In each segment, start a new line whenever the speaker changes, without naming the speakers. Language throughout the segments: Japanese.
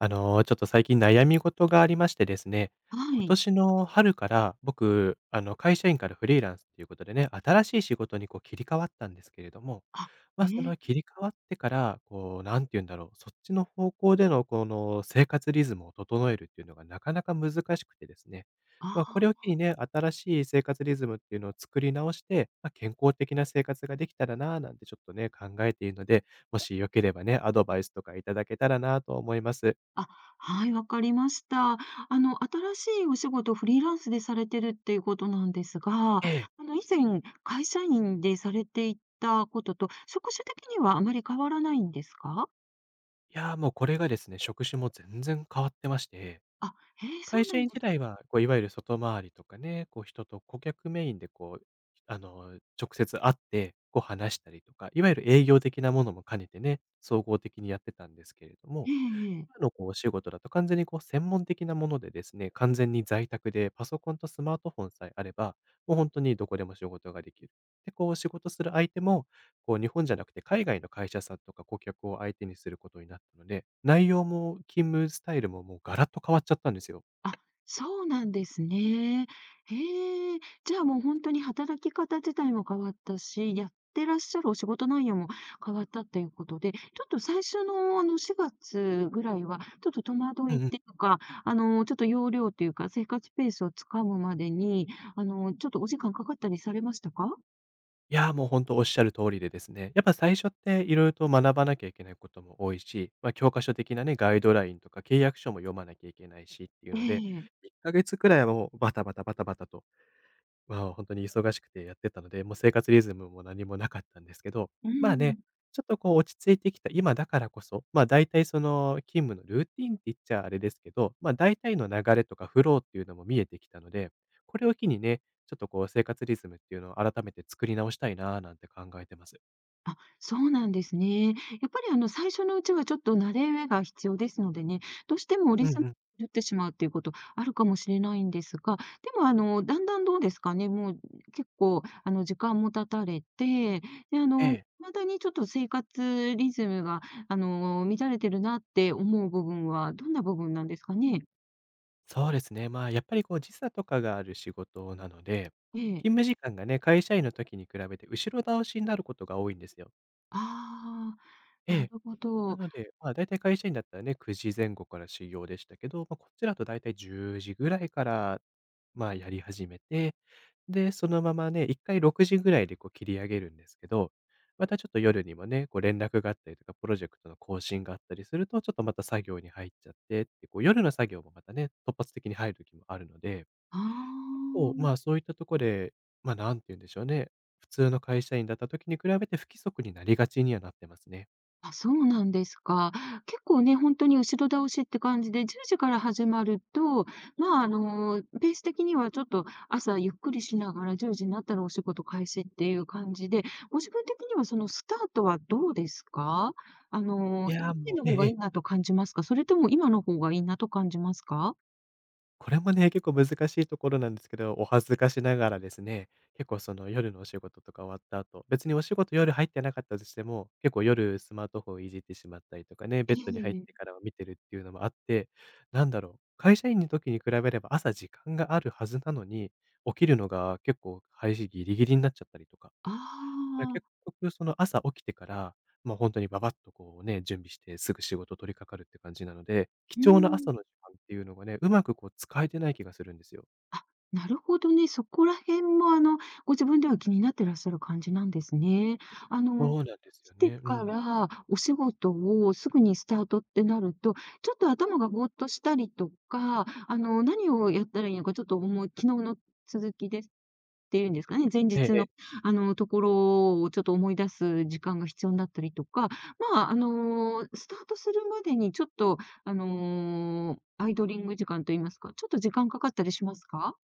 ちょっと最近悩み事がありましてですね、
は
今
い。
年の春から僕、会社員からフリーランスということでね、新しい仕事にこう切り替わったんですけれども、
あ、
ま
え
あ、そ
え、
の切り替わってから、こう、何て言うんだろう、そっちの方向でのこの生活リズムを整えるっていうのがなかなか難しくてですね、まあ、これを
あ
機にね、新しい生活リズムっていうのを作り直して、まあ、健康的な生活ができたらなぁなんてちょっとね、考えているので、もしよければね、アドバイスとかいただけたらなぁと思います。
あ、あ、はい、わかりました。新しいお仕事、フリーランスでされてるっていうことなんですが、
ええ。
以前、会社員でされていたことと、職種的にはあまり変わらないんですか？
いや、もうこれがですね、職種も全然変わってまして、
へえ、そ
会
う
社
なん
員
で
時
す。
代は、こう、いわゆる外回りとかね、こう、人と顧客メインで、こう、直接会って、こう、話したりとか、いわゆる営業的なものも兼ねてね、総合的にやってたんですけれども、
ええええ。
今のこうお仕事だと完全にこう専門的なものでですね、完全に在宅でパソコンとスマートフォンさえあれば、もう本当にどこでも仕事ができる。で、こう仕事する相手も、こう日本じゃなくて海外の会社さんとか顧客を相手にすることになったので、内容も勤務スタイルももうガラッと変わっちゃったんですよ。
あ、そうなんですね。へえ。じゃあもう本当に働き方自体も変わったし、やってらっしゃるお仕事内容も変わったっていうことで、ちょっと最初の4月ぐらいは、ちょっと戸惑
う
いっ
んうん。
ていうか、ちょっと要領っていうか、生活ペースをつかむまでに、ちょっとお時間かかったりされましたか？
いや、もう本当おっしゃる通りでですね、やっぱ最初って色々と学ばなきゃいけないことも多いし、まあ、教科書的なね、ガイドラインとか契約書も読まなきゃいけないしっていう
え
ので、
え。
1ヶ月くらいはもうバタバタバタバタと、まあ、本当に忙しくてやってたので、もう生活リズムも何もなかったんですけど、
う
まあ
ん。
ね、ちょっとこう落ち着いてきた今だからこそ、ま、大体その勤務のルーティンって言っちゃあれですけど、ま、大体の流れとかフローっていうのも見えてきたので、これを機にね、ちょっとこう生活リズムっていうのを改めて作り直したいなーなんて考えてます。
あ、そうなんですね。やっぱり最初のうちはちょっと慣れ上が必要ですのでね、どうしてもリ
うん
ズム
うん。
に狂ってしまうっていうことあるかもしれないんですが、でもだんだんどうですかね、もう結構時間も経たれて、で、
ええ。
まだにちょっと生活リズムが乱れてるなって思う部分はどんな部分なんですかね？
そうですね、まあ、やっぱりこう時差とかがある仕事なので、
ええ。
勤務時間がね、会社員の時に比べて後ろ倒しになることが多いんですよ。
ああ、
え
な
え。
るほど。
なの
あ
で、まあ、大体会社員だったらね、9時前後から始業でしたけど、まあ、こっちだと大体10時ぐらいから、まあ、やり始めて、で、そのままね、1回6時ぐらいでこう切り上げるんですけど、またちょっと夜にもね、こう連絡があったりとか、プロジェクトの更新があったりすると、ちょっとまた作業に入っちゃってって、こう夜の作業もまたね、突発的に入る時もあるので、
あ。
結構、まあ、そういったところで、ま、んて言うんでしょうね、普通の会社員だった時に比べて不規則になりがちにはなってますね。
あ、そうなんですか。結構ね、本当に後ろ倒しって感じで、10時から始まると、ペース的にはちょっと朝ゆっくりしながら10時になったらお仕事開始っていう感じで、ご自分的にはそのスタートはどうですか？あ
い
の、前
や、もう
の
え
方
ええ
がいい
え。
なと感じますか？それとも今の方がいいなと感じますか？
これもね、結構難しいところなんですけど、お恥ずかしながらですね、結構その夜のお仕事とか終わった後、別にお仕事夜入ってなかったとしても、結構夜スマートフォンいじってしまったりとかね、ベ
え
ッドに入っ
え。
てからは見てるっていうのもあって、なんだろう、会社員の時に比べれば朝時間があるはずなのに、起きるのが結構、配信ギリギリになっちゃったりとか。
あ
だから結
あ、
局その朝起きてから、もう本当にババッとこうね、準備してすぐ仕事取り掛かるって感じなので、貴
う
重な
ん。
朝の時間っていうのがね、うまくこう使えてない気がするんですよ。
あ、なるほどね。そこら辺も、ご自分では気になってらっしゃる感じなんですね。あ
そ
の、
うなんです
来
よ
て
ね。う
か
ん。
らお仕事をすぐにスタートってなると、ちょっと頭がぼーっとしたりとか、何をやったらいいのか、ちょっと思い昨日の続きですっていうんですかね、前日
え
の、
え、
ところをちょっと思い出す時間が必要になったりとか、スタートするまでにちょっとアイドリング時間と言いますか、ちょっと時間かかったりしますか？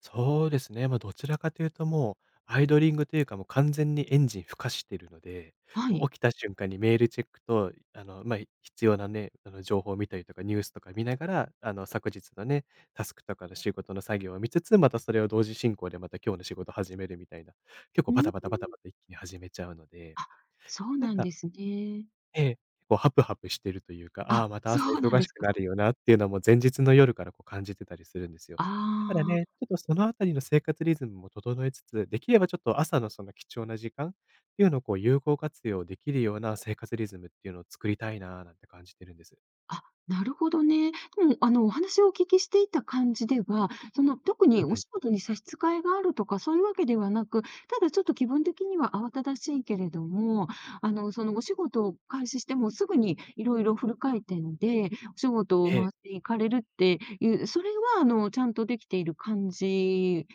そうですね。まあ、どちらかというともう、アイドリングというか、もう完全にエンジンふかしてるので、
は
も
い。
う起きた瞬間にメールチェックと、まあ、必要なね、情報を見たりとか、ニュースとか見ながら、昨日のね、タスクとかの仕事の作業を見つつ、またそれを同時進行でまた今日の仕事始めるみたいな、結構
う
バタ
ん。
バタバタバタ一気に始めちゃうので、
あ、そう
なん
なん
か
ですね。
ええ、こうハプハプしてるというか、あ
あ、
あ、また朝
そうなん
忙
で
し
す
く
か。
なるよなっていうのはもう前日の夜からこう感じてたりするんですよ。
あ
だからね、ち
あ。
ょっとそのあたりの生活リズムも整えつつ、できればちょっと朝のその貴重な時間っていうのをこう有効活用できるような生活リズムっていうのを作りたいなあなんて感じてるんです。
あ、なるほどね。でも、お話をお聞きしていた感じでは、その、特
うん
に
う
お
ん。
仕事に差し支えがあるとか、そういうわけではなく、ただちょっと気分的には慌ただしいけれども、お仕事を開始してもすぐにいろいろフル回転で、お仕事を
ええ。
回していかれるっていう、それは、ちゃんとできている感じ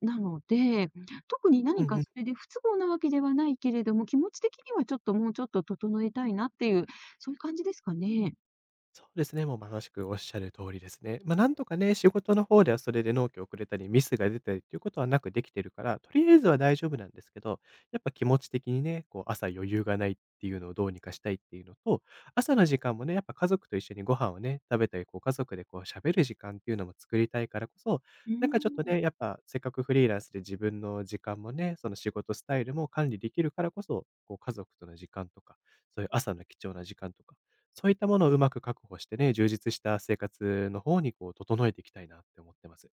なので、特に
う
何
ん
か
うん。
それで不都合なわけではないけれども、気持ち的にはちょっともうちょっと整えたいなっていう、そういう感じですかね。
そうですね、もうまさしくおっしゃる通りですね。まあ、なんとかね、仕事の方ではそれで納期遅れたり、ミスが出たりっていうことはなくできてるから、とりあえずは大丈夫なんですけど、やっぱ気持ち的にね、こう朝余裕がないっていうのをどうにかしたいっていうのと、朝の時間もね、やっぱ家族と一緒にご飯をね、食べたり、こう家族でこう喋る時間っていうのも作りたいからこそ、
うー
なんかちょっ
ん、
と
な
ね、やっぱせっかくフリーランスで自分の時間もね、その仕事スタイルも管理できるからこそ、こう家族との時間とか、そういう朝の貴重な時間とか、そういったものをうまく確保してね、充実した生活の方にこう整えていきたいなって思ってます。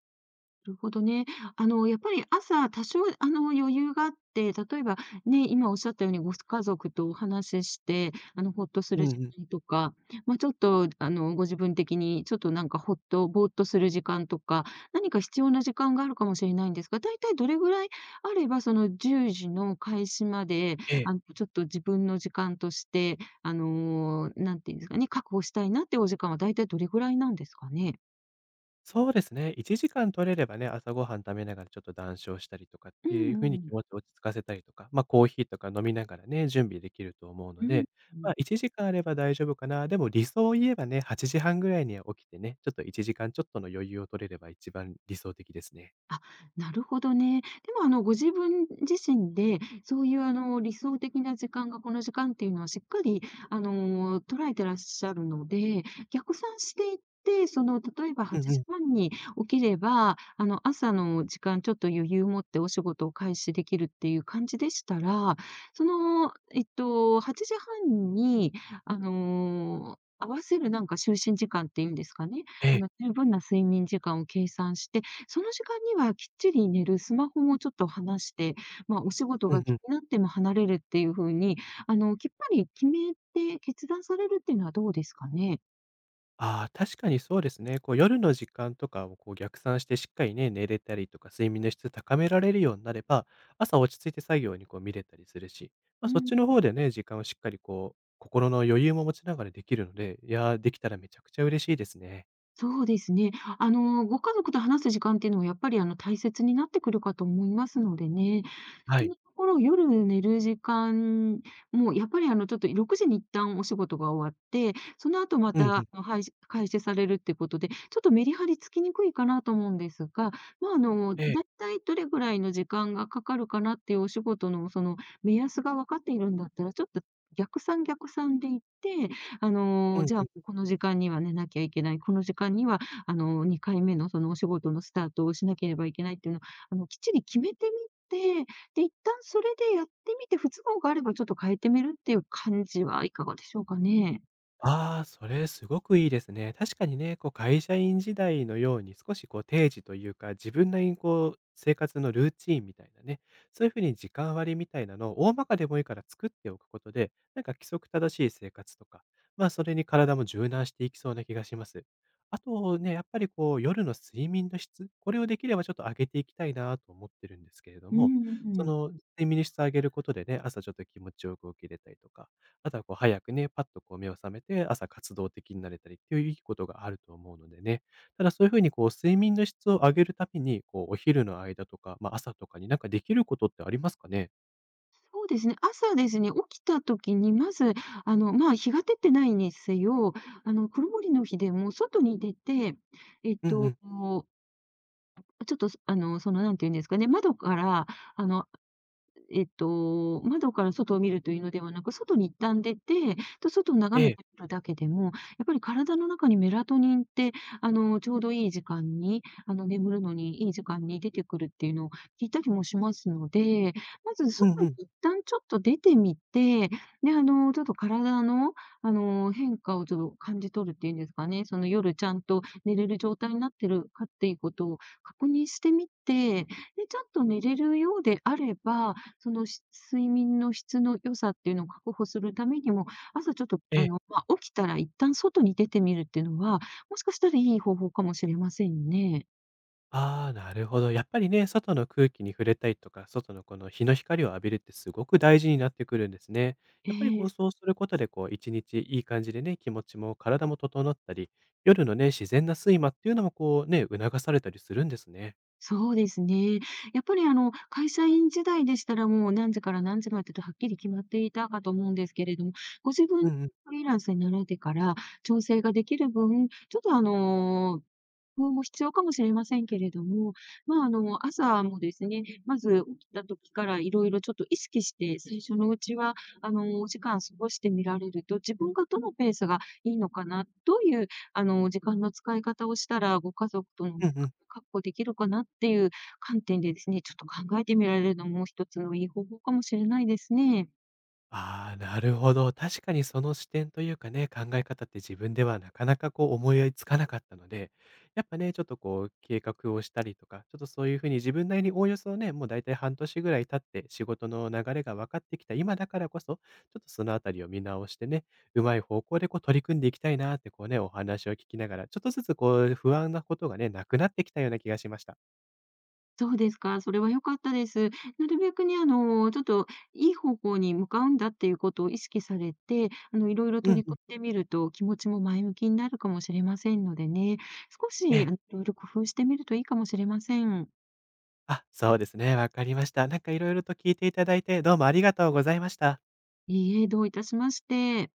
るほどね。やっぱり朝、多少、余裕があって、例えば、ね、今おっしゃったようにご家族とお話しして、ほっとす
う
る
ん
時
うん。
間とか、まあ、ちょっと、あの、ご自分的にちょっとなんかほっとぼーっとする時間とか、何か必要な時間があるかもしれないんですが、大体どれぐらいあれば、その10時の開始まで、
ええ、
ちょっと自分の時間として、なんていうんですかね、確保したいなっていうお時間は大体どれぐらいなんですかね？
そうですね。1時間取れればね、朝ごはん食べながらちょっと談笑したりとかっ
う
ていう風
ん
に
う
気
ん。
持ちを落ち着かせたりとか、ま、コーヒーとか飲みながらね、準備できると思うの
うん、
で、ま、1時間あれば大丈夫かな。でも理想を言えばね、8時半ぐらいには起きてね、ちょっと1時間ちょっとの余裕を取れれば一番理想的ですね。
あ、なるほどね。でもご自分自身で、そういう理想的な時間がこの時間っていうのはしっかり、捉えてらっしゃるので、逆算していって、その、例えば
うん
8
うん。
時半に起きれば、朝の時間ちょっと余裕を持ってお仕事を開始できるっていう感じでしたら、8時半に、合わせるなんか就寝時間っていうんですかね。
ええ。
十分な睡眠時間を計算して、その時間にはきっちり寝る、スマホもちょっと離して、まあ、お仕事
うん
が
う
気
ん。
になっても離れるっていう風に、きっぱり決めて決断されるっていうのはどうですかね？
ああ、確かにそうですね。こう夜の時間とかをこう逆算してしっかりね、寝れたりとか、睡眠の質高められるようになれば、朝落ち着いて作業にこう見れたりするし、まあ、
う
そっ
ん、
ちの方でね、時間をしっかりこう、心の余裕も持ちながらできるので、いやー、できたらめちゃくちゃ嬉しいですね。
そうですね。ご家族と話す時間っていうのはやっぱり、大切になってくるかと思いますのでね。
は
そ
い。
のところ、夜寝る時間も、やっぱりちょっと6時に一旦お仕事が終わって、その後ま
うん
た、
うん。
はいし開始されるってことで、ちょっとメリハリつきにくいかなと思うんですが、
ええ。
だいたいどれぐらいの時間がかかるかなっていうお仕事の、その、目安が分かっているんだったら、ちょっと逆算逆算で言って、
うん
じゃ
う
あ、
ん。
この時間には寝なきゃいけない、この時間には、2回目のそのお仕事のスタートをしなければいけないっていうのを、きっちり決めてみてで、一旦それでやってみて、不都合があればちょっと変えてみるっていう感じはいかがでしょうかね？
ああ、それすごくいいですね。確かにね、こう会社員時代のように少しこう定時というか、自分なりにこう生活のルーチンみたいなね、そういうふうに時間割りみたいなのを大まかでもいいから作っておくことで、なんか規則正しい生活とか、まあそれに体も柔軟していきそうな気がします。あとね、やっぱりこう夜の睡眠の質、これをできればちょっと上げていきたいなと思ってるんですけれど
うん
も、
うん
そ
うん。
の睡眠の質上げることでね、朝ちょっと気持ちよく起きれたりとか、あとはこう早くね、パッとこう目を覚めて、朝活動的になれたりっていういいことがあると思うのでね。ただそういうふうにこう睡眠の質を上げるために、こうお昼の間とか、まあ、朝とかになんかできることってありますかね？
そうですね、朝ですね、起きた時にまず、日が照ってないにせよ、曇りの日でも外に出て、えっ
うんう
と、
ん。
ちょっと、あの、その、なんていうんですかね、窓から、あの、窓から外を見るというのではなく、外に一旦出て、と、外を
え
眺め
え。
てみるだけでも、やっぱり体の中にメラトニンって、ちょうどいい時間に、眠るのにいい時間に出てくるっていうのを聞いたりもしますので、まず
う
外
んうん。
に一旦ちょっと出てみて、で、ちょっと体の、変化をちょっと感じ取るっていうんですかね、その夜ちゃんと寝れる状態になってるかっていうことを確認してみて、で、ちゃんと寝れるようであれば、その、し睡眠の質の良さっていうのを確保するためにも、朝ちょっと、
ええ。
起きたら一旦外に出てみるっていうのは、もしかしたらいい方法かもしれませんね。
ああ、なるほど。やっぱりね、外の空気に触れたりとか、外のこの日の光を浴びるってすごく大事になってくるんですね。や
え
っぱりこ
え、
うそうすることで、こう1日いい感じでね、気持ちも体も整ったり、夜のね、自然な睡魔っていうのもこうね、促されたりするんですね。
そうですね。やっぱり、会社員時代でしたら、もう何時から何時までとはっきり決まっていたかと思うんですけれども、ご自分
うんうん。
フリーランスになられてから調整ができる分、ちょっと、あの、工夫も必要かもしれませんけれども、まあ、朝もですね、まず起きた時からいろいろちょっと意識して、最初のうちは、お時間過ごしてみられると、自分がどのペースがいいのかな、どういう、時間の使い方をしたら、ご家族との時
うん
間
うん。
を確保できるかなっていう観点でですね、ちょっと考えてみられるのも一つのいい方法かもしれないですね。
ああ、なるほど。確かにその視点というかね、考え方って自分ではなかなかこう思いつかなかったので、やっぱね、ちょっとこう計画をしたりとか、ちょっとそういうふうに自分なりにおおよそね、もう大体半年ぐらい経って仕事の流れが分かってきた今だからこそ、ちょっとそのあたりを見直してね、うまい方向でこう取り組んでいきたいなってこうね、お話を聞きながら、ちょっとずつこう不安なことがね、なくなってきたような気がしました。
そうですか、それは良かったです。なるべくね、ちょっといい方向に向かうんだっていうことを意識されて、いろいろ
うん
取り
うん。
組んでみると、気持ちも前向きになるかもしれませんのでね、少
え
し、
え。
いろいろ工夫してみるといいかもしれません。
あ、そうですね。わかりました。なんかいろいろと聞いていただいて、どうもありがとうございました。
いいえ、どういたしまして。